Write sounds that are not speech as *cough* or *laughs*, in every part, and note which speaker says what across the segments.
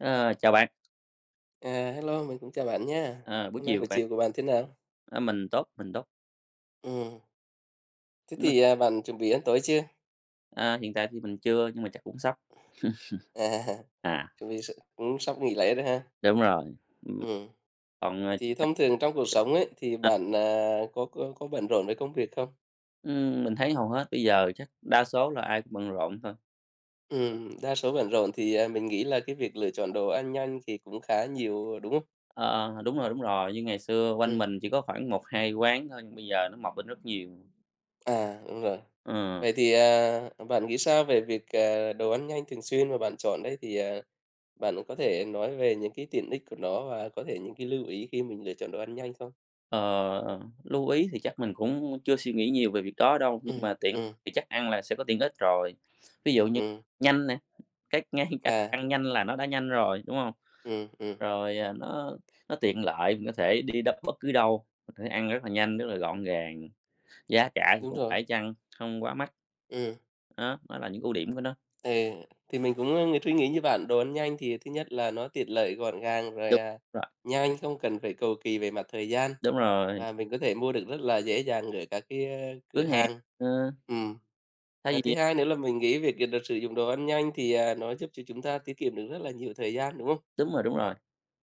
Speaker 1: Ờ, Chào bạn,
Speaker 2: À, hello, mình cũng chào bạn nha.
Speaker 1: ờ, buổi
Speaker 2: Hôm nay
Speaker 1: chiều của
Speaker 2: buổi
Speaker 1: bạn,
Speaker 2: chiều của bạn thế nào?
Speaker 1: mình tốt, mình tốt.
Speaker 2: Ừm, thế
Speaker 1: Mình,
Speaker 2: thì, bạn chuẩn bị ăn tối chưa?
Speaker 1: Hiện tại thì mình chưa nhưng mà chắc cũng sắp. *laughs*
Speaker 2: À, *laughs*
Speaker 1: À,
Speaker 2: chuẩn bị s cũng sắp nghỉ lễ rồi ha?
Speaker 1: Đúng rồi. ừm,
Speaker 2: Ừm,
Speaker 1: còn,
Speaker 2: thì
Speaker 1: ờ,
Speaker 2: thông thường trong cuộc sống ấy, thì
Speaker 1: ờ,
Speaker 2: bạn, có bận rộn với công việc không?
Speaker 1: mình thấy hầu hết bây giờ chắc đa số là ai cũng bận rộn thôi.
Speaker 2: Đa số bận rộn thì, mình nghĩ là cái việc lựa chọn đồ ăn nhanh thì cũng khá nhiều, đúng không?
Speaker 1: Ờ, Đúng rồi, đúng rồi, như ngày xưa quanh
Speaker 2: Ừm,
Speaker 1: mình chỉ có khoảng một 2 quán thôi nhưng bây giờ nó mọc lên rất nhiều.
Speaker 2: đúng rồi.
Speaker 1: Ờ,
Speaker 2: Vậy thì, bạn nghĩ sao về việc, đồ ăn nhanh thường xuyên mà bạn chọn đấy? Thì, bạn có thể nói về những cái tiện ích của nó và có thể những cái lưu ý khi mình lựa chọn đồ ăn nhanh không?
Speaker 1: ờ, Lưu ý thì chắc mình cũng chưa suy nghĩ nhiều về việc đó đâu, nhưng
Speaker 2: Ừm,
Speaker 1: mà tiện
Speaker 2: ừm,
Speaker 1: thì chắc ăn là sẽ có tiện ích rồi. Ví dụ như
Speaker 2: ừm,
Speaker 1: nhanh nè, cái ngay cả thức
Speaker 2: à,
Speaker 1: ăn nhanh là nó đã nhanh rồi, đúng không?
Speaker 2: ừm, ừm,
Speaker 1: Rồi, nó tiện lợi, mình có thể đi đâu bất cứ đâu, mình có thể ăn rất là nhanh, rất là gọn gàng, giá cả thì
Speaker 2: đúng
Speaker 1: cũng
Speaker 2: rồi,
Speaker 1: phải chăng, không quá mắc.
Speaker 2: ừm.
Speaker 1: Đó là những ưu điểm của nó.
Speaker 2: Thì thì mình cũng, suy nghĩ như bạn, đồ ăn nhanh thì thứ nhất là nó tiện lợi, gọn gàng, rồi,
Speaker 1: Đúng rồi,
Speaker 2: nhanh, không cần phải cầu kỳ về mặt thời gian,
Speaker 1: đúng rồi,
Speaker 2: và mình có thể mua được rất là dễ dàng ở các cái,
Speaker 1: vỉa
Speaker 2: cửa
Speaker 1: hè,
Speaker 2: hàng.
Speaker 1: ờ,
Speaker 2: Ừm,
Speaker 1: thay
Speaker 2: thứ
Speaker 1: vì
Speaker 2: hai nữa là mình nghĩ việc được sử dụng đồ ăn nhanh thì, nó giúp cho chúng ta tiết kiệm được rất là nhiều thời gian, đúng không?
Speaker 1: đúng rồi,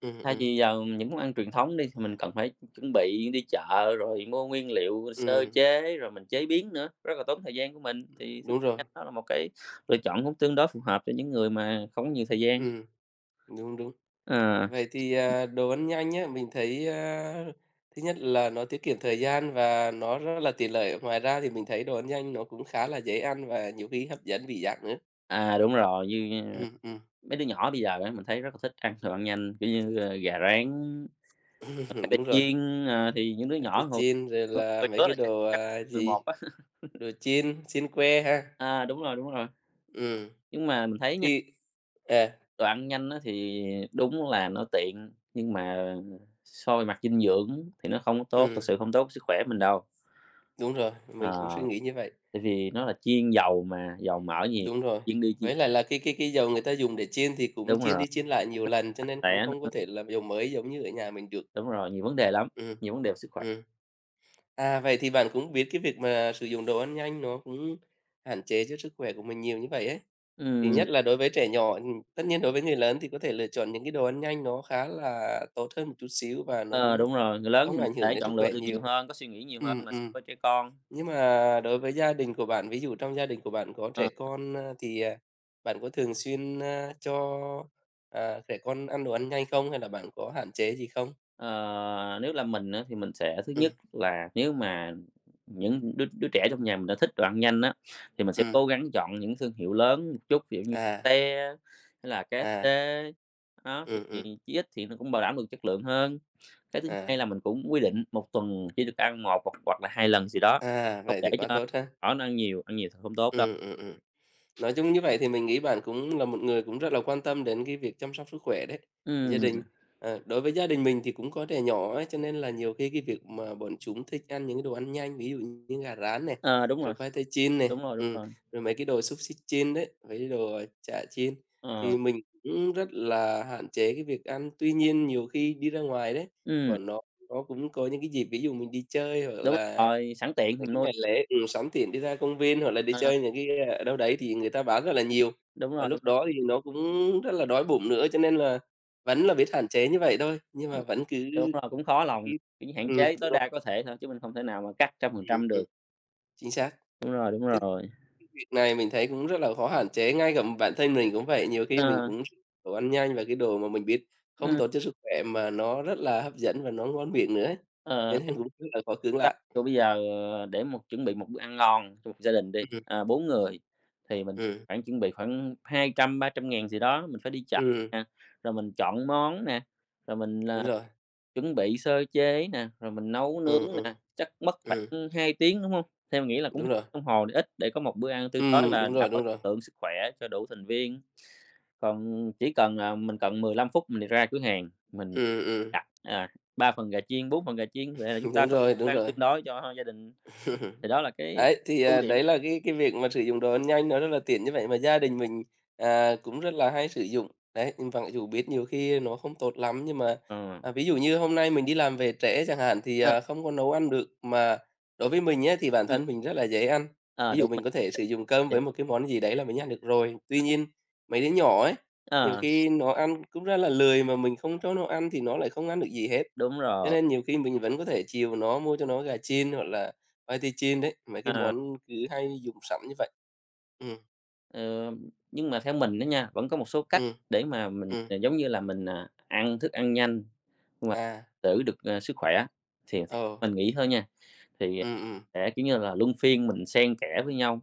Speaker 2: Ừm,
Speaker 1: thay
Speaker 2: ừm,
Speaker 1: vì giờ những món ăn truyền thống đi thì mình cần phải chuẩn bị đi chợ rồi mua nguyên liệu sơ
Speaker 2: ừm,
Speaker 1: chế, rồi mình chế biến nữa, rất là tốn thời gian của mình, thì thức
Speaker 2: đúng rồi,
Speaker 1: ăn đó là một cái lựa chọn cũng tương đối phù hợp cho những người mà không có nhiều thời gian.
Speaker 2: ừm. Đúng, đúng.
Speaker 1: Ờ,
Speaker 2: Vậy thì, đồ ăn nhanh á, mình thấy, thứ nhất là nó tiết kiệm thời gian và nó rất là tiện lợi. Ngoài ra thì mình thấy đồ ăn nhanh nó cũng khá là dễ ăn và nhiều khi hấp dẫn vị giác nữa.
Speaker 1: Đúng rồi. Như
Speaker 2: Ừm, ừm,
Speaker 1: mấy đứa nhỏ bây giờ á, mình thấy rất là thích ăn đồ ăn nhanh, kiểu như, gà rán, ờ, khoai
Speaker 2: *laughs*
Speaker 1: tây
Speaker 2: đúng rồi.
Speaker 1: chiên, thì những đứa nhỏ
Speaker 2: Thì
Speaker 1: hồi
Speaker 2: chiên rồi
Speaker 1: hồi
Speaker 2: là mấy
Speaker 1: đó
Speaker 2: cái
Speaker 1: là chắc
Speaker 2: đồ, gì,
Speaker 1: 11 á. *laughs*
Speaker 2: đồ chiên, chiên que ha.
Speaker 1: Đúng rồi, đúng rồi.
Speaker 2: Ừm,
Speaker 1: Nhưng mà mình thấy nha,
Speaker 2: thì à,
Speaker 1: đồ ăn nhanh á thì đúng là nó tiện, nhưng mà so về mặt dinh dưỡng thì nó không có tốt, thật
Speaker 2: ừm,
Speaker 1: sự không tốt với sức khỏe mình đâu.
Speaker 2: đúng rồi, mình cũng suy
Speaker 1: Ờ,
Speaker 2: nghĩ như vậy.
Speaker 1: Tại vì nó là chiên dầu mà, dầu mỡ nhiều,
Speaker 2: Đúng rồi,
Speaker 1: chiên đi chiên
Speaker 2: với
Speaker 1: lại.
Speaker 2: lại là cái dầu người ta dùng để chiên thì cũng
Speaker 1: Đúng rồi,
Speaker 2: chiên đi chiên lại nhiều
Speaker 1: nó
Speaker 2: lần, cho
Speaker 1: sạch
Speaker 2: nên cũng
Speaker 1: sẽ
Speaker 2: không
Speaker 1: nữa,
Speaker 2: có thể là dầu mới giống như ở nhà mình được.
Speaker 1: đúng rồi, nhiều vấn đề lắm,
Speaker 2: Ừ,
Speaker 1: nhiều vấn đề về sức khỏe.
Speaker 2: ừ. À, vậy thì bạn cũng biết cái việc mà sử dụng đồ ăn nhanh nó cũng hạn chế cho sức khỏe của mình nhiều như vậy ấy. Thì
Speaker 1: Ừm.
Speaker 2: nhất là đối với trẻ nhỏ, tất nhiên đối với người lớn thì có thể lựa chọn những cái đồ ăn nhanh nó khá là tốt hơn một chút xíu và nó
Speaker 1: Ờ,
Speaker 2: cũng
Speaker 1: Đúng rồi, người lớn
Speaker 2: không
Speaker 1: mình
Speaker 2: ảnh
Speaker 1: có
Speaker 2: hưởng
Speaker 1: thể
Speaker 2: đến
Speaker 1: chọn
Speaker 2: sức
Speaker 1: lựa
Speaker 2: khỏe
Speaker 1: được nhiều
Speaker 2: nhiều.
Speaker 1: hơn, có suy nghĩ nhiều
Speaker 2: Ừ,
Speaker 1: hơn là
Speaker 2: ừ.
Speaker 1: so với trẻ con.
Speaker 2: Nhưng mà đối với gia đình của bạn, ví dụ trong gia đình của bạn có trẻ
Speaker 1: Ờ,
Speaker 2: con, thì, bạn có thường xuyên, cho, trẻ con ăn đồ ăn nhanh không? Hay là bạn có hạn chế gì không?
Speaker 1: ờ, Nếu là mình á, thì mình sẽ thứ
Speaker 2: Ừ,
Speaker 1: nhất là nếu mà những đứa đứa trẻ trong nhà mình đã thích đồ ăn nhanh á, thì mình sẽ
Speaker 2: ừ.
Speaker 1: cố gắng chọn những thương hiệu lớn một chút, ví dụ như
Speaker 2: À,
Speaker 1: Lotte hay là
Speaker 2: à.
Speaker 1: KFC, đó, thì
Speaker 2: Ừ, ừ.
Speaker 1: chí ít thì nó cũng bảo đảm được chất lượng hơn. Cái thứ
Speaker 2: À,
Speaker 1: hai là mình cũng quy định một tuần chỉ được ăn một hoặc hoặc là 2 lần gì đó,
Speaker 2: à,
Speaker 1: không
Speaker 2: vậy
Speaker 1: để
Speaker 2: thì quá
Speaker 1: cho
Speaker 2: tốt ha.
Speaker 1: nhỏ nó ăn nhiều thì không tốt đâu.
Speaker 2: Ừ, ừ, ừ. Nói chung như vậy thì mình nghĩ bạn cũng là một người cũng rất là quan tâm đến cái việc chăm sóc sức khỏe đấy, của gia
Speaker 1: Ừm.
Speaker 2: đình. Ờ, đối với gia đình mình thì cũng có trẻ nhỏ ấy, cho nên là nhiều khi cái việc mà bọn chúng thích ăn những cái đồ ăn nhanh, ví dụ như gà rán này,
Speaker 1: Ờ, Đúng rồi,
Speaker 2: rồi khoai tây chiên này,
Speaker 1: đúng rồi, đúng
Speaker 2: ừm,
Speaker 1: rồi,
Speaker 2: rồi mấy cái đồ xúc xích chiên đấy, với cái đồ chả chiên,
Speaker 1: ờ.
Speaker 2: thì mình cũng rất là hạn chế cái việc ăn. Tuy nhiên nhiều khi đi ra ngoài đấy,
Speaker 1: Ừm,
Speaker 2: bọn nó cũng có những cái dịp, ví dụ mình đi chơi hoặc
Speaker 1: Đúng
Speaker 2: là
Speaker 1: rồi, sẵn tiện
Speaker 2: mấy
Speaker 1: mình
Speaker 2: cái
Speaker 1: nuôi.
Speaker 2: ngày lễ, sắm tiền đi ra công viên hoặc là đi
Speaker 1: ờ,
Speaker 2: chơi những cái, ở đâu đấy thì người ta bán rất là nhiều,
Speaker 1: Đúng
Speaker 2: và
Speaker 1: rồi, đúng
Speaker 2: lúc
Speaker 1: rồi,
Speaker 2: đó thì nó cũng rất là đói bụng nữa, cho nên là vẫn là biết hạn chế như vậy thôi, nhưng mà vẫn cứ
Speaker 1: đúng rồi, cũng khó lòng,
Speaker 2: cái
Speaker 1: kiểu như, hạn chế
Speaker 2: đúng
Speaker 1: tối
Speaker 2: rồi,
Speaker 1: đa có thể thôi chứ mình không thể nào mà cắt trăm phần
Speaker 2: ừm,
Speaker 1: trăm được.
Speaker 2: ừm, chính xác.
Speaker 1: Đúng rồi, đúng
Speaker 2: Thế thì
Speaker 1: rồi.
Speaker 2: cái việc này mình thấy cũng rất là khó hạn chế, ngay cả bản thân mình cũng vậy, nhiều khi mình
Speaker 1: Ờ,
Speaker 2: cũng đồ ăn nhanh và cái đồ mà mình biết không
Speaker 1: ừm,
Speaker 2: tốt cho sức khỏe mà nó rất là hấp dẫn và nó ngon miệng nữa ấy, cho
Speaker 1: ờ,
Speaker 2: nên
Speaker 1: Chắc
Speaker 2: cũng rất là khó cưỡng
Speaker 1: ta
Speaker 2: lại.
Speaker 1: kiểu, bây giờ để một chuẩn bị một bữa ăn ngon cho một gia đình đi,
Speaker 2: Ừm,
Speaker 1: 4 người thì mình
Speaker 2: ừm,
Speaker 1: khoảng chuẩn bị khoảng hai trăm ba trăm ngàn gì đó, mình phải đi chợ
Speaker 2: ừm,
Speaker 1: nè, rồi mình chọn món nè, rồi mình
Speaker 2: đúng
Speaker 1: là
Speaker 2: rồi,
Speaker 1: Chuẩn bị sơ chế nè, rồi mình nấu
Speaker 2: ừm,
Speaker 1: nướng nè,
Speaker 2: ừm,
Speaker 1: chắc mất
Speaker 2: ừm,
Speaker 1: khoảng 2 tiếng, đúng hông? Theo mình nghĩ là cũng
Speaker 2: đúng
Speaker 1: 2
Speaker 2: rồi.
Speaker 1: đồng hồ để ít để có một bữa ăn tương
Speaker 2: Ừ,
Speaker 1: đối là
Speaker 2: đúng
Speaker 1: đảm
Speaker 2: rồi,
Speaker 1: bảo
Speaker 2: đúng rồi.
Speaker 1: chất lượng, sức khỏe cho đủ thành viên. Còn chỉ cần, mình cần 15 phút mình ra cửa hàng, mình
Speaker 2: Ừ, ừ.
Speaker 1: đặt, 3 phần gà chiên, 4 phần gà chiên về là chúng
Speaker 2: *laughs*
Speaker 1: ta
Speaker 2: Đúng
Speaker 1: có
Speaker 2: rồi,
Speaker 1: bữa
Speaker 2: đúng
Speaker 1: ăn
Speaker 2: rồi.
Speaker 1: tương đối cho gia đình,
Speaker 2: *laughs*
Speaker 1: thì đó là cái
Speaker 2: Đấy, thì,
Speaker 1: ưu điểm.
Speaker 2: đấy là cái việc mà sử dụng đồ ăn nhanh nó rất là tiện như vậy mà gia đình mình, cũng rất là hay sử dụng. Đấy, nhưng mặc dù biết nhiều khi nó không tốt lắm nhưng mà,
Speaker 1: Ờ,
Speaker 2: ví dụ như hôm nay mình đi làm về trễ chẳng hạn thì,
Speaker 1: ờ,
Speaker 2: không có nấu ăn được, mà đối với mình nhé thì bản
Speaker 1: ừm,
Speaker 2: thân mình rất là dễ ăn.
Speaker 1: ờ,
Speaker 2: Ví dụ
Speaker 1: Đúng *unintelligible*
Speaker 2: mình
Speaker 1: mình.
Speaker 2: có thể sử dụng cơm với một cái món gì đấy là mình ăn được rồi. Tuy nhiên, mấy đứa nhỏ ấy, nhiều
Speaker 1: ờ,
Speaker 2: khi nó ăn cũng rất là lười mà mình không cho nó ăn thì nó lại không ăn được gì hết.
Speaker 1: Đúng
Speaker 2: Cho
Speaker 1: rồi,
Speaker 2: nên nhiều khi mình vẫn có thể chiều nó, mua cho nó gà chiên hoặc là khoai tây chiên đấy, mấy cái
Speaker 1: ờ.
Speaker 2: món cứ hay dùng sẵn như vậy. Ừ,
Speaker 1: Ờ, nhưng mà theo mình đó nha, vẫn có một số cách
Speaker 2: ừ,
Speaker 1: để mà mình,
Speaker 2: ừ,
Speaker 1: giống như là, mình, ăn thức ăn nhanh nhưng mà
Speaker 2: à,
Speaker 1: giữ được, sức khỏe thì theo
Speaker 2: ờ,
Speaker 1: mình nghĩ thôi nha, thì
Speaker 2: ừ, ừ,
Speaker 1: sẽ, kiểu như là, luân phiên mình xen kẽ với nhau.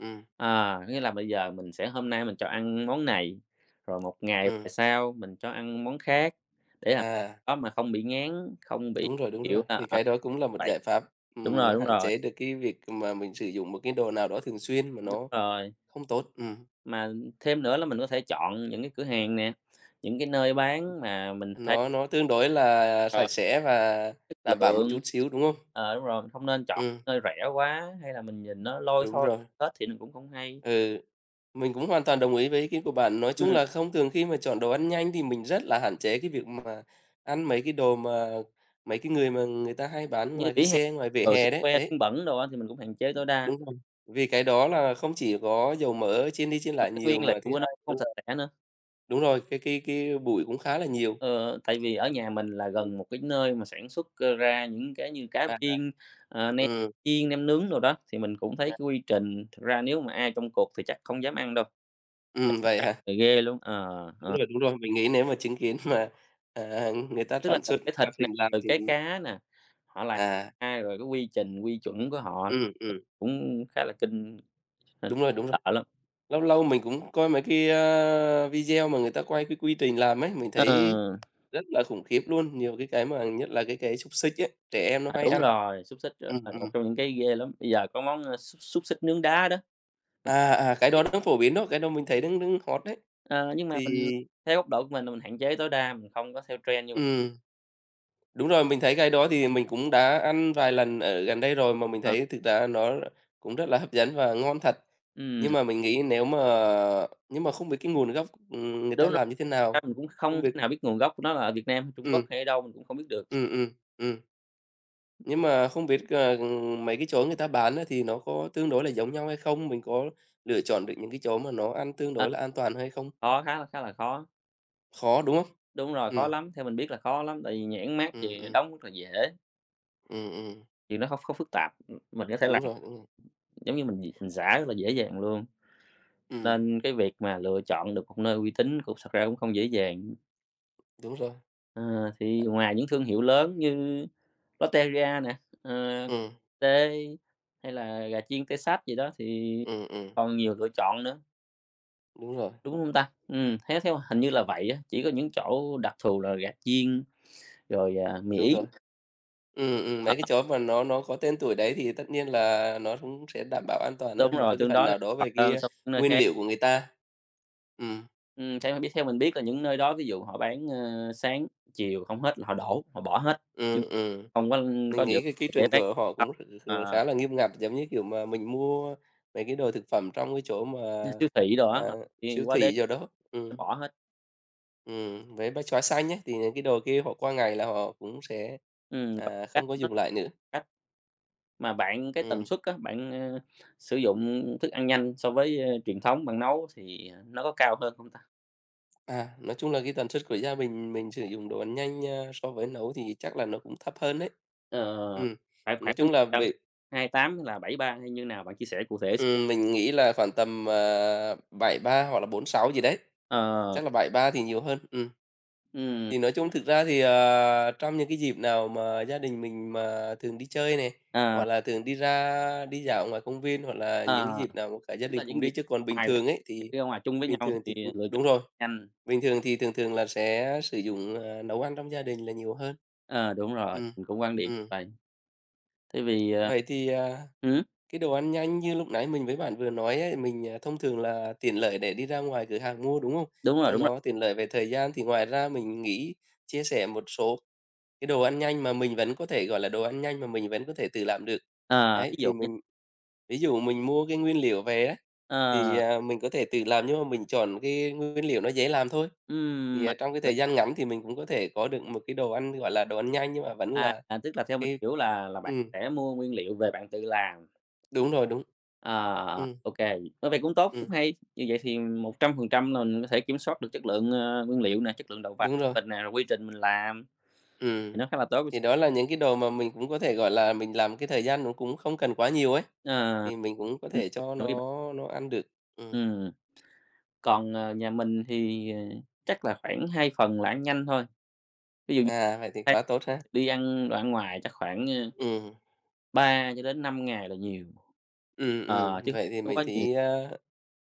Speaker 2: ừ,
Speaker 1: Nghĩa là bây giờ mình sẽ hôm nay mình cho ăn món này, rồi một ngày
Speaker 2: ừ,
Speaker 1: tại sau mình cho ăn món khác để làm
Speaker 2: à,
Speaker 1: đó mà không bị ngán, không bị,
Speaker 2: đúng
Speaker 1: kiểu
Speaker 2: rồi,
Speaker 1: là,
Speaker 2: thì cái đó cũng là một
Speaker 1: vậy.
Speaker 2: giải pháp,
Speaker 1: Đúng rồi, đúng
Speaker 2: hạn
Speaker 1: rồi,
Speaker 2: chế được cái việc mà mình sử dụng một cái đồ nào đó thường xuyên mà
Speaker 1: đúng
Speaker 2: nó
Speaker 1: rồi.
Speaker 2: không tốt,
Speaker 1: Mà thêm nữa là mình có thể chọn những cái cửa hàng nè, những cái nơi bán mà mình thấy,
Speaker 2: nó tương đối là
Speaker 1: ờ,
Speaker 2: sạch sẽ và
Speaker 1: chất
Speaker 2: đảm bảo một
Speaker 1: lượng.
Speaker 2: chút xíu, đúng không?
Speaker 1: Đúng rồi, mình không nên chọn
Speaker 2: Ừ,
Speaker 1: nơi rẻ quá, hay là mình nhìn nó lôi
Speaker 2: đúng
Speaker 1: thôi,
Speaker 2: rồi,
Speaker 1: hết thì nó cũng không hay.
Speaker 2: ừ. Mình cũng hoàn toàn đồng ý với ý kiến của bạn. Nói chung
Speaker 1: Ừm,
Speaker 2: là thông thường khi mà chọn đồ ăn nhanh thì mình rất là hạn chế cái việc mà ăn mấy cái đồ mà mấy cái người mà người ta hay bán
Speaker 1: như
Speaker 2: ngoài cái
Speaker 1: vỉa hè,
Speaker 2: xe, ngoài vỉa
Speaker 1: ừ,
Speaker 2: hè
Speaker 1: xung
Speaker 2: đấy,
Speaker 1: que,
Speaker 2: đấy,
Speaker 1: sân bẩn đồ á thì mình cũng hạn chế tối đa,
Speaker 2: đúng rồi. Vì cái đó là không chỉ có dầu mỡ chiên đi chiên
Speaker 1: mà
Speaker 2: lại
Speaker 1: cái nguyên
Speaker 2: nhiều
Speaker 1: liệu
Speaker 2: mà thứ
Speaker 1: của nó
Speaker 2: hai nữa
Speaker 1: không
Speaker 2: là
Speaker 1: sạch sẽ nữa.
Speaker 2: đúng rồi, cái bụi cũng khá là nhiều.
Speaker 1: Ờ, Tại vì ở nhà mình là gần một cái nơi mà sản xuất, ra những cái như cá
Speaker 2: À.
Speaker 1: viên, nem
Speaker 2: Ừm,
Speaker 1: chiên, nem nướng đồ đó, thì mình cũng thấy
Speaker 2: à,
Speaker 1: cái quy trình, thực ra nếu mà ai trong cuộc thì chắc không dám ăn đâu,
Speaker 2: vậy
Speaker 1: chắc
Speaker 2: hả?
Speaker 1: là ghê luôn.
Speaker 2: Đúng rồi, mình nghĩ nếu mà chứng kiến mà, người ta
Speaker 1: Tức là
Speaker 2: sản
Speaker 1: từ
Speaker 2: xuất
Speaker 1: cái thịt
Speaker 2: quá
Speaker 1: nè,
Speaker 2: trình làm
Speaker 1: từ
Speaker 2: thì
Speaker 1: cái cá nè, họ làm
Speaker 2: à,
Speaker 1: ra rồi cái quy trình, quy chuẩn của họ
Speaker 2: ừm, ừm,
Speaker 1: cũng khá là kinh, ờ,
Speaker 2: đúng rồi, đúng.
Speaker 1: sợ lắm.
Speaker 2: Lâu lâu mình cũng coi mấy cái, video mà người ta quay cái quy trình làm ấy, mình
Speaker 1: Ờ,
Speaker 2: thấy rất là khủng khiếp luôn, nhiều cái mà nhất là cái xúc xích ấy, trẻ em nó hay
Speaker 1: Đúng
Speaker 2: ăn.
Speaker 1: rồi, xúc xích là
Speaker 2: Ừm, ừm.
Speaker 1: một trong những cái ghê lắm. Bây giờ có món, xúc xúc xích nướng đá đó, mình
Speaker 2: À, à, cái đó đang phổ biến đó, cái đó mình thấy đang đang hot đấy.
Speaker 1: ờ, nhưng mà
Speaker 2: Thì
Speaker 1: mình theo góc độ của mình là mình hạn chế tối đa, mình không có theo trend như vậy.
Speaker 2: ừm, đúng rồi, mình thấy cái đó thì mình cũng đã ăn vài lần ở gần đây rồi mà mình
Speaker 1: Ờ,
Speaker 2: thấy thực ra nó cũng rất là hấp dẫn và ngon thật. Nhưng
Speaker 1: ừm,
Speaker 2: mà mình nghĩ nếu mà nhưng mà không biết cái nguồn gốc, người
Speaker 1: Đúng
Speaker 2: ta
Speaker 1: rồi,
Speaker 2: làm như thế
Speaker 1: ra
Speaker 2: nào,
Speaker 1: mình cũng không
Speaker 2: không
Speaker 1: thể
Speaker 2: biết
Speaker 1: nào biết nguồn gốc của nó là ở Việt Nam hay Trung Quốc
Speaker 2: ừm,
Speaker 1: hay ở đâu mình cũng không biết được.
Speaker 2: ừm, ừm, ừm. Nhưng mà không biết, mấy cái chỗ người ta bán á thì nó có tương đối là giống nhau hay không? Mình có lựa chọn được những cái chỗ mà nó ăn tương
Speaker 1: Ờ,
Speaker 2: đối là an toàn hay không?
Speaker 1: Khó, khá là khó.
Speaker 2: Khó, đúng không?
Speaker 1: Đúng rồi, khó
Speaker 2: Ừ,
Speaker 1: lắm, theo mình biết là khó lắm, tại vì nhãn mác
Speaker 2: ừ,
Speaker 1: thì
Speaker 2: ừ,
Speaker 1: đóng rất là dễ.
Speaker 2: ừ,
Speaker 1: Chuyện nó không không phức tạp, mình có thể
Speaker 2: đúng
Speaker 1: làm,
Speaker 2: rồi, đúng rồi,
Speaker 1: giống như mình xả rất là dễ dàng luôn,
Speaker 2: ừm,
Speaker 1: nên cái việc mà lựa chọn được một nơi uy tín cũng thật ra cũng không dễ dàng.
Speaker 2: đúng rồi,
Speaker 1: Ờ, thì ngoài những thương hiệu lớn như Lotteria nè, ờ,
Speaker 2: ừ,
Speaker 1: T hay là gà chiên Tê Sách gì đó thì
Speaker 2: ừ,
Speaker 1: còn nhiều lựa chọn nữa,
Speaker 2: đúng rồi,
Speaker 1: đúng không ta? Theo theo hình như là vậy á, chỉ có những chỗ đặc thù là gà chiên rồi, mì
Speaker 2: đúng
Speaker 1: Ý.
Speaker 2: rồi. Ừ, ừ,
Speaker 1: ờ,
Speaker 2: mấy cái chỗ mà nó có tên tuổi đấy thì tất nhiên là nó cũng sẽ đảm bảo an toàn
Speaker 1: Đúng
Speaker 2: hơn một
Speaker 1: rồi,
Speaker 2: cái
Speaker 1: tương
Speaker 2: phần
Speaker 1: đối là
Speaker 2: nào đó
Speaker 1: ngọt
Speaker 2: về cái
Speaker 1: hơn so với những nơi
Speaker 2: nguyên
Speaker 1: khác.
Speaker 2: liệu của người ta. Ừ,
Speaker 1: Theo mình biết là những nơi đó ví dụ họ bán, sáng, chiều không hết là họ đổ, họ bỏ hết, chứ
Speaker 2: ừ, ừ.
Speaker 1: không có
Speaker 2: Mình
Speaker 1: giữ
Speaker 2: nghĩ cái
Speaker 1: lại
Speaker 2: quy
Speaker 1: để
Speaker 2: trình
Speaker 1: bán
Speaker 2: của họ
Speaker 1: sau.
Speaker 2: cũng
Speaker 1: Ờ,
Speaker 2: khá là nghiêm ngặt, giống như kiểu mà mình mua mấy cái đồ thực phẩm trong cái chỗ mà,
Speaker 1: *laughs* Siêu thị đồ
Speaker 2: à,
Speaker 1: á, họ đi
Speaker 2: siêu
Speaker 1: qua đêm
Speaker 2: thị rồi đó.
Speaker 1: sẽ bỏ hết.
Speaker 2: Với bách hóa xanh ấy, thì những cái đồ kia họ qua ngày là họ cũng sẽ,
Speaker 1: Có cách
Speaker 2: không có
Speaker 1: nó
Speaker 2: dùng lại nữa.
Speaker 1: cách mà bạn cái tần
Speaker 2: Ừm,
Speaker 1: suất á, bạn, sử dụng thức ăn nhanh so với, truyền thống bạn nấu thì nó có cao hơn không ta?
Speaker 2: nói chung là cái tần suất của gia đình mình sử dụng đồ ăn nhanh, so với nấu thì chắc là nó cũng thấp hơn đấy.
Speaker 1: Ờ,
Speaker 2: Ừm,
Speaker 1: khoảng
Speaker 2: nói
Speaker 1: khoảng bao nhiêu
Speaker 2: chung là
Speaker 1: phần trăm?
Speaker 2: bị
Speaker 1: 28 hay là 73 hay như nào? Bạn chia sẻ cụ thể x.
Speaker 2: mình nghĩ là khoảng tầm, 73 hoặc là 46 gì đấy,
Speaker 1: Ờ,
Speaker 2: chắc là 73 thì nhiều hơn.
Speaker 1: ừm,
Speaker 2: Thì nói chung thực ra thì, trong những cái dịp nào mà gia đình mình mà thường đi chơi này,
Speaker 1: ờ,
Speaker 2: hoặc là thường đi ra đi dạo ngoài công viên, hoặc là những cái
Speaker 1: ờ.
Speaker 2: dịp nào mà cả gia
Speaker 1: Tức là
Speaker 2: đình cùng
Speaker 1: những gì
Speaker 2: đi, chứ còn bình
Speaker 1: ngoài ra
Speaker 2: thường ấy thì
Speaker 1: đi ra ngoài chung với
Speaker 2: bình
Speaker 1: nhau
Speaker 2: thường
Speaker 1: thì
Speaker 2: thì cũng
Speaker 1: lựa chọn
Speaker 2: đúng rồi,
Speaker 1: nhanh.
Speaker 2: bình thường thì thường thường là sẽ sử dụng, nấu ăn trong gia đình là nhiều hơn.
Speaker 1: Ờ, Đúng rồi,
Speaker 2: Ừm,
Speaker 1: mình cũng quan điểm
Speaker 2: ừm.
Speaker 1: vậy. Thay vì, ờ
Speaker 2: Vậy thì,
Speaker 1: ừm,
Speaker 2: cái đồ ăn nhanh như lúc nãy mình với bạn vừa nói ấy, mình, thông thường là tiện lợi để đi ra ngoài cửa hàng mua, đúng không?
Speaker 1: Đúng rồi,
Speaker 2: Cho
Speaker 1: đúng rồi.
Speaker 2: nó tiện lợi về thời gian, thì ngoài ra mình nghĩ chia sẻ một số cái đồ ăn nhanh mà mình vẫn có thể, gọi là, đồ ăn nhanh mà mình vẫn có thể tự làm được.
Speaker 1: Ờ,
Speaker 2: Ấy,
Speaker 1: Ví dụ
Speaker 2: thì
Speaker 1: nhé.
Speaker 2: mình ví dụ mình mua cái nguyên liệu về á, thì,
Speaker 1: Ờ,
Speaker 2: mình có thể tự làm nhưng mà mình chọn cái nguyên liệu nó dễ làm thôi. Thì,
Speaker 1: mà
Speaker 2: trong cái
Speaker 1: hiểu-
Speaker 2: thời gian ngắn thì mình cũng có thể có được một cái đồ ăn, gọi là, đồ ăn nhanh nhưng mà vẫn
Speaker 1: à,
Speaker 2: là
Speaker 1: à, Tức là theo mình
Speaker 2: cái
Speaker 1: hiểu là bạn
Speaker 2: ừm,
Speaker 1: sẽ mua nguyên liệu về bạn tự làm.
Speaker 2: đúng rồi, đúng.
Speaker 1: Ờ,
Speaker 2: Ừm,
Speaker 1: OK vậy cũng tốt, cũng
Speaker 2: ừm,
Speaker 1: hay. Như vậy thì 100% là mình có thể kiểm soát được chất lượng, nguyên liệu nè, chất lượng đầu vào
Speaker 2: đúng rồi.
Speaker 1: của mình nè, rồi quy trình mình làm thì
Speaker 2: Ừm.
Speaker 1: nó khá là tốt.
Speaker 2: Thì đó là những cái đồ mà mình cũng có thể, gọi là, mình làm cái thời gian nó cũng không cần quá nhiều ấy,
Speaker 1: Ờ,
Speaker 2: thì mình cũng có thể
Speaker 1: Đúng,
Speaker 2: cho
Speaker 1: hiểu ý bạn.
Speaker 2: nó ăn được. Ừm.
Speaker 1: Ừm. Còn, nhà mình thì, chắc là khoảng 2 phần là ăn nhanh thôi, ví dụ như
Speaker 2: À, vậy thì
Speaker 1: tháng
Speaker 2: quá tốt ha.
Speaker 1: đi ăn đoạn ngoài chắc khoảng,
Speaker 2: Ừm.
Speaker 1: 3 cho đến 5 ngày là nhiều.
Speaker 2: Ừ,
Speaker 1: Ờ, Chứ
Speaker 2: vậy thì
Speaker 1: không
Speaker 2: mình
Speaker 1: quá nhiều.
Speaker 2: thấy,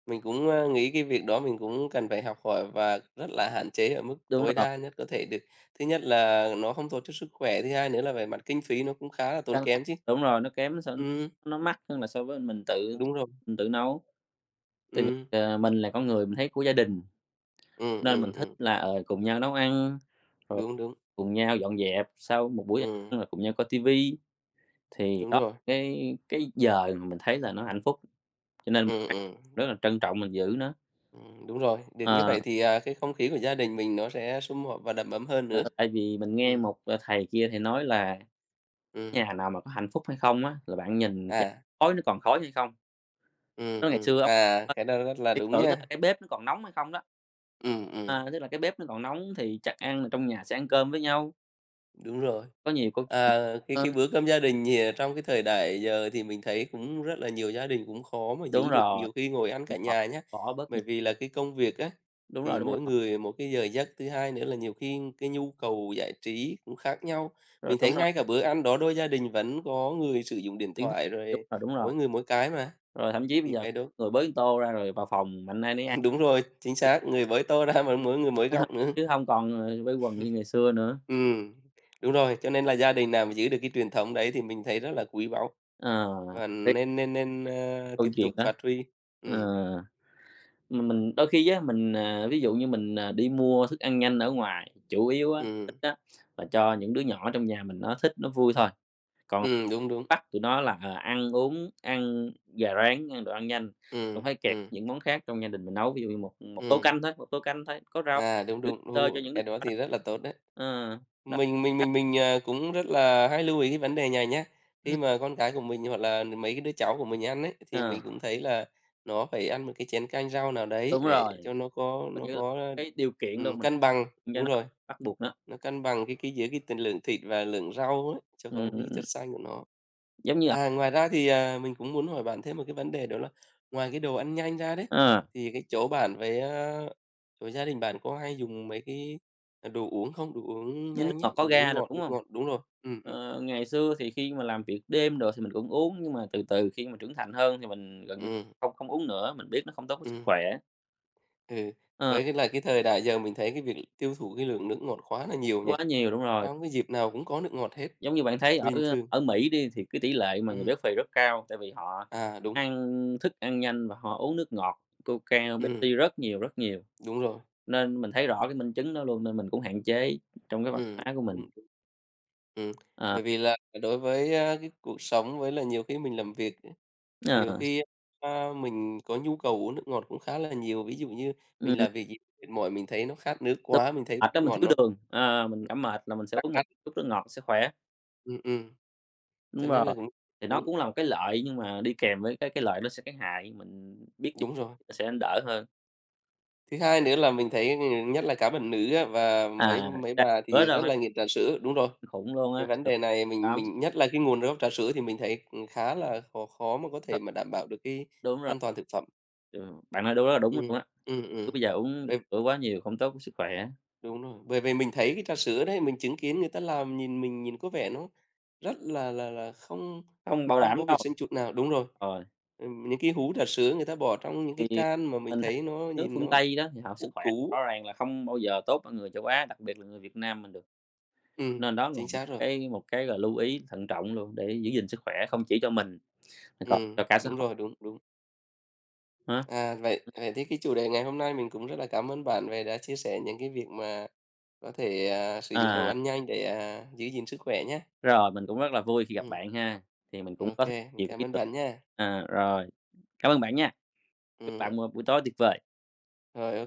Speaker 2: mình cũng, nghĩ cái việc đó mình cũng cần phải học hỏi và rất là hạn chế ở mức
Speaker 1: Đúng
Speaker 2: tối
Speaker 1: rồi,
Speaker 2: đa nhất có thể được. Thứ nhất là nó không tốt cho sức khỏe, thứ hai nữa là về mặt kinh phí nó cũng khá là tốn
Speaker 1: căng thẳng.
Speaker 2: kém chứ.
Speaker 1: Đúng rồi,
Speaker 2: Ừ,
Speaker 1: nó mắc hơn là so với mình tự
Speaker 2: đúng rồi,
Speaker 1: mình tự nấu. Tại vì,
Speaker 2: Ừ,
Speaker 1: mình là con người mình thấy của gia đình,
Speaker 2: ừ,
Speaker 1: nên mình
Speaker 2: ừm,
Speaker 1: thích
Speaker 2: ừm,
Speaker 1: là, cùng nhau nấu ăn, rồi
Speaker 2: đúng, đúng,
Speaker 1: cùng nhau dọn dẹp sau một buổi
Speaker 2: Ừ,
Speaker 1: ăn rồi cùng nhau coi tivi. Thì
Speaker 2: đúng
Speaker 1: đó,
Speaker 2: rồi,
Speaker 1: cái giờ mà mình thấy là nó hạnh phúc, cho nên
Speaker 2: Ừ,
Speaker 1: mình
Speaker 2: ừ,
Speaker 1: rất là trân trọng mình giữ nó.
Speaker 2: đúng rồi. Được như
Speaker 1: Ờ,
Speaker 2: vậy thì, cái không khí của gia đình mình nó sẽ sum họp và đầm ấm hơn
Speaker 1: ờ,
Speaker 2: nữa.
Speaker 1: Tại vì mình nghe
Speaker 2: Ừ,
Speaker 1: một, thầy kia thì nói là
Speaker 2: ừ.
Speaker 1: "Nhà nào mà có hạnh phúc hay không á, là bạn nhìn cái
Speaker 2: à,
Speaker 1: khói nó còn khói hay không?" Nói ngày xưa ông ờ,
Speaker 2: cái đó rất là
Speaker 1: viễn
Speaker 2: đúng
Speaker 1: tưởng là
Speaker 2: nha.
Speaker 1: cái bếp nó còn nóng hay không đó,
Speaker 2: Ừ, ừm,
Speaker 1: tức là cái bếp nó còn nóng thì chắc ăn là trong nhà sẽ ăn cơm với nhau,
Speaker 2: đúng rồi.
Speaker 1: có nhiều câu chuyện.
Speaker 2: Cái
Speaker 1: ờ,
Speaker 2: bữa cơm gia đình thì, trong cái thời đại giờ thì mình thấy cũng rất là nhiều gia đình cũng khó mà
Speaker 1: Đúng
Speaker 2: giữ được
Speaker 1: rồi,
Speaker 2: nhiều khi ngồi ăn cả
Speaker 1: họ
Speaker 2: nhà nhé.
Speaker 1: bỏ bớt
Speaker 2: Bởi
Speaker 1: nhiều.
Speaker 2: vì là cái công việc á,
Speaker 1: Đúng
Speaker 2: thì mỗi người một cái giờ giấc, thứ hai nữa là nhiều khi cái nhu cầu giải trí cũng khác nhau.
Speaker 1: rồi,
Speaker 2: Mình
Speaker 1: đúng
Speaker 2: thấy
Speaker 1: rồi,
Speaker 2: ngay cả bữa ăn đó đôi gia đình vẫn có người sử dụng điện
Speaker 1: tiếng thôi,
Speaker 2: thoại
Speaker 1: đúng
Speaker 2: rồi
Speaker 1: rồi, đúng rồi.
Speaker 2: mỗi người mỗi cái mà.
Speaker 1: Rồi thậm chí bây
Speaker 2: Thì
Speaker 1: giờ
Speaker 2: cái đó
Speaker 1: người bới tô ra rồi vào phòng mạnh ai nấy ăn,
Speaker 2: *laughs* đúng rồi, chính xác, người bới tô ra mà mỗi người mỗi góc
Speaker 1: *laughs*
Speaker 2: nữa.
Speaker 1: chứ không còn, quây quần như ngày xưa nữa.
Speaker 2: Ừ đúng rồi, cho nên là gia đình nào mà giữ được cái truyền thống đấy thì mình thấy rất là quý báu
Speaker 1: Ờ,
Speaker 2: và
Speaker 1: Thấy
Speaker 2: nên nên nên,
Speaker 1: câu
Speaker 2: tiếp
Speaker 1: chuyện
Speaker 2: tục
Speaker 1: đó.
Speaker 2: phát huy.
Speaker 1: Ờ,
Speaker 2: Ừ
Speaker 1: mà mình đôi khi á, mình, ví dụ như mình, đi mua thức ăn nhanh ở ngoài, chủ yếu á, thích
Speaker 2: ừ
Speaker 1: á là cho những đứa nhỏ trong nhà mình nó thích, nó vui thôi, còn
Speaker 2: ừ đúng, đúng,
Speaker 1: bắt tụi nó là, ăn uống, ăn gà rán, ăn đồ ăn nhanh,
Speaker 2: ừ
Speaker 1: không phải kẹp
Speaker 2: ừ
Speaker 1: những món khác trong gia đình mình nấu, ví dụ như một một tô
Speaker 2: ừ
Speaker 1: canh thôi, một tô canh thôi, có rau,
Speaker 2: đúng,
Speaker 1: thử
Speaker 2: đúng,
Speaker 1: sơ cho
Speaker 2: đúng,
Speaker 1: những đứa
Speaker 2: cái đó
Speaker 1: nhỏ đó.
Speaker 2: thì rất là tốt đấy.
Speaker 1: Ờ, Đó.
Speaker 2: Mình, cũng rất là hay lưu ý cái vấn đề này nhé. Khi mà con cái của mình hoặc là mấy cái đứa cháu của mình ăn ấy, thì
Speaker 1: Ờ,
Speaker 2: mình cũng thấy là nó phải ăn một cái chén canh rau nào đấy
Speaker 1: Đúng
Speaker 2: để
Speaker 1: rồi,
Speaker 2: cho nó có
Speaker 1: coi
Speaker 2: nó
Speaker 1: như là
Speaker 2: có,
Speaker 1: cái điều kiện luôn mình
Speaker 2: cân bằng.
Speaker 1: cho
Speaker 2: Đúng
Speaker 1: nó
Speaker 2: rồi.
Speaker 1: bắt buộc đó.
Speaker 2: Nó cân bằng cái giữa cái tình lượng thịt và lượng rau ấy, cho có cái
Speaker 1: Ừm,
Speaker 2: chất xanh của nó.
Speaker 1: giống như là,
Speaker 2: À, ngoài ra thì, mình cũng muốn hỏi bạn thêm một cái vấn đề đó là ngoài cái đồ ăn nhanh ra đấy,
Speaker 1: ờ,
Speaker 2: thì cái chỗ bạn với, chỗ gia đình bạn có hay dùng mấy cái, đồ uống không? Đồ uống
Speaker 1: như nước
Speaker 2: nhanh ấy,
Speaker 1: ngọt có
Speaker 2: đồ
Speaker 1: ga
Speaker 2: uống
Speaker 1: đồ,
Speaker 2: ngọt,
Speaker 1: đúng
Speaker 2: nước
Speaker 1: không?
Speaker 2: ngọt đúng rồi. Ừ,
Speaker 1: Ngày xưa thì khi mà làm việc đêm rồi thì mình cũng uống, nhưng mà từ từ khi mà trưởng thành hơn thì mình gần như
Speaker 2: ừm,
Speaker 1: không không uống nữa, mình biết nó không tốt với sức
Speaker 2: ừm,
Speaker 1: khỏe.
Speaker 2: ừ.
Speaker 1: Ờ,
Speaker 2: Với cái là cái thời đại giờ mình thấy cái việc tiêu thụ cái lượng nước ngọt quá là nhiều nhỉ?
Speaker 1: Quá nhiều. Đúng rồi,
Speaker 2: Trong cái dịp nào cũng có nước ngọt hết,
Speaker 1: giống như bạn thấy ở
Speaker 2: bình thường.
Speaker 1: ở Mỹ đi thì cái tỷ lệ mà người
Speaker 2: Ừ,
Speaker 1: béo phì rất cao, tại vì họ
Speaker 2: đúng,
Speaker 1: ăn thức ăn nhanh và họ uống nước ngọt, Coca, Pepsi
Speaker 2: ừm,
Speaker 1: rất nhiều, rất nhiều.
Speaker 2: đúng rồi,
Speaker 1: Nên mình thấy rõ cái minh chứng đó luôn nên mình cũng hạn chế trong cái văn
Speaker 2: ừm,
Speaker 1: hóa của mình.
Speaker 2: Ừm,
Speaker 1: Ờ,
Speaker 2: bởi vì là đối với, cái cuộc sống với là nhiều khi mình làm việc, nhiều
Speaker 1: ờ,
Speaker 2: khi, mình có nhu cầu uống nước ngọt cũng khá là nhiều. Ví dụ như mình
Speaker 1: ừm,
Speaker 2: làm việc gì mệt mỏi, mình thấy nó khát nước
Speaker 1: Đúng,
Speaker 2: quá, mình thấy
Speaker 1: mệt á
Speaker 2: nước
Speaker 1: mình
Speaker 2: ngọt
Speaker 1: thiếu
Speaker 2: nó
Speaker 1: đường, mình
Speaker 2: nó
Speaker 1: cảm mệt là mình sẽ
Speaker 2: khát
Speaker 1: uống một
Speaker 2: khát.
Speaker 1: chút nước ngọt sẽ khỏe.
Speaker 2: Ừm, ừm,
Speaker 1: Đúng
Speaker 2: cho
Speaker 1: rồi,
Speaker 2: nên là cũng
Speaker 1: thì nó
Speaker 2: đúng,
Speaker 1: cũng là một cái lợi nhưng mà đi kèm với cái lợi nó sẽ cái hại, mình biết điều
Speaker 2: đúng rồi.
Speaker 1: sẽ đỡ hơn.
Speaker 2: Thứ hai nữa là mình thấy, nhất là các bạn nữ á và mấy mấy
Speaker 1: Trà
Speaker 2: bà
Speaker 1: sữa
Speaker 2: thì
Speaker 1: đồ
Speaker 2: rất
Speaker 1: ha,
Speaker 2: là nghiện trà sữa. Đúng rồi,
Speaker 1: khủng luôn
Speaker 2: cái
Speaker 1: á,
Speaker 2: vấn
Speaker 1: đúng
Speaker 2: đề này mình
Speaker 1: lắm.
Speaker 2: mình nhất là cái nguồn gốc trà sữa thì mình thấy, khá là khó khó mà có thể
Speaker 1: kh
Speaker 2: mà đảm bảo được cái
Speaker 1: Đúng rồi,
Speaker 2: an toàn thực phẩm.
Speaker 1: ừ, bạn nói đúng rất là đúng
Speaker 2: ừ
Speaker 1: luôn á,
Speaker 2: ừ
Speaker 1: cứ
Speaker 2: ừm.
Speaker 1: bây giờ uống trà sữa quá nhiều không tốt với sức khỏe,
Speaker 2: Đúng rồi, bởi vì mình thấy cái trà sữa đấy, mình chứng kiến người ta làm nhìn mình nhìn có vẻ nó rất là không
Speaker 1: không bảo
Speaker 2: không
Speaker 1: đảm
Speaker 2: có vệ
Speaker 1: đâu.
Speaker 2: sinh chút nào. Đúng rồi,
Speaker 1: Ờ.
Speaker 2: những cái hũ trà sữa người ta bỏ trong những
Speaker 1: Thì
Speaker 2: cái can mà mình
Speaker 1: mình thấy
Speaker 2: thấy nó
Speaker 1: nước
Speaker 2: nhìn
Speaker 1: phương
Speaker 2: nó
Speaker 1: Tây đó thì họ sức
Speaker 2: cũ
Speaker 1: khỏe
Speaker 2: cũ.
Speaker 1: rõ ràng là không bao giờ tốt bằng người châu Á, đặc biệt là người Việt Nam mình được.
Speaker 2: Ừ,
Speaker 1: Nên đó là
Speaker 2: chính
Speaker 1: một
Speaker 2: xác rồi.
Speaker 1: cái một cái, là, lưu ý thận trọng luôn để giữ gìn sức khỏe không chỉ cho mình mà còn
Speaker 2: Ừ,
Speaker 1: cho cả xã
Speaker 2: đúng
Speaker 1: hội
Speaker 2: rồi, đúng, đúng.
Speaker 1: ha.
Speaker 2: À, vậy vậy thì cái chủ đề ngày hôm nay mình cũng rất là cảm ơn bạn về đã chia sẻ những cái việc mà có thể, sử dụng đồ
Speaker 1: À,
Speaker 2: ăn nhanh để, giữ gìn sức khỏe nhé.
Speaker 1: Rồi mình cũng rất là vui khi gặp
Speaker 2: Ừ,
Speaker 1: bạn ha, thì mình cũng có
Speaker 2: ok.
Speaker 1: thêm nhiều cái
Speaker 2: Cảm
Speaker 1: ý
Speaker 2: ơn
Speaker 1: tưởng.
Speaker 2: bạn nha.
Speaker 1: Rồi, cảm ơn bạn nha, chúc
Speaker 2: Ừ,
Speaker 1: bạn một buổi tối tuyệt vời.
Speaker 2: rồi.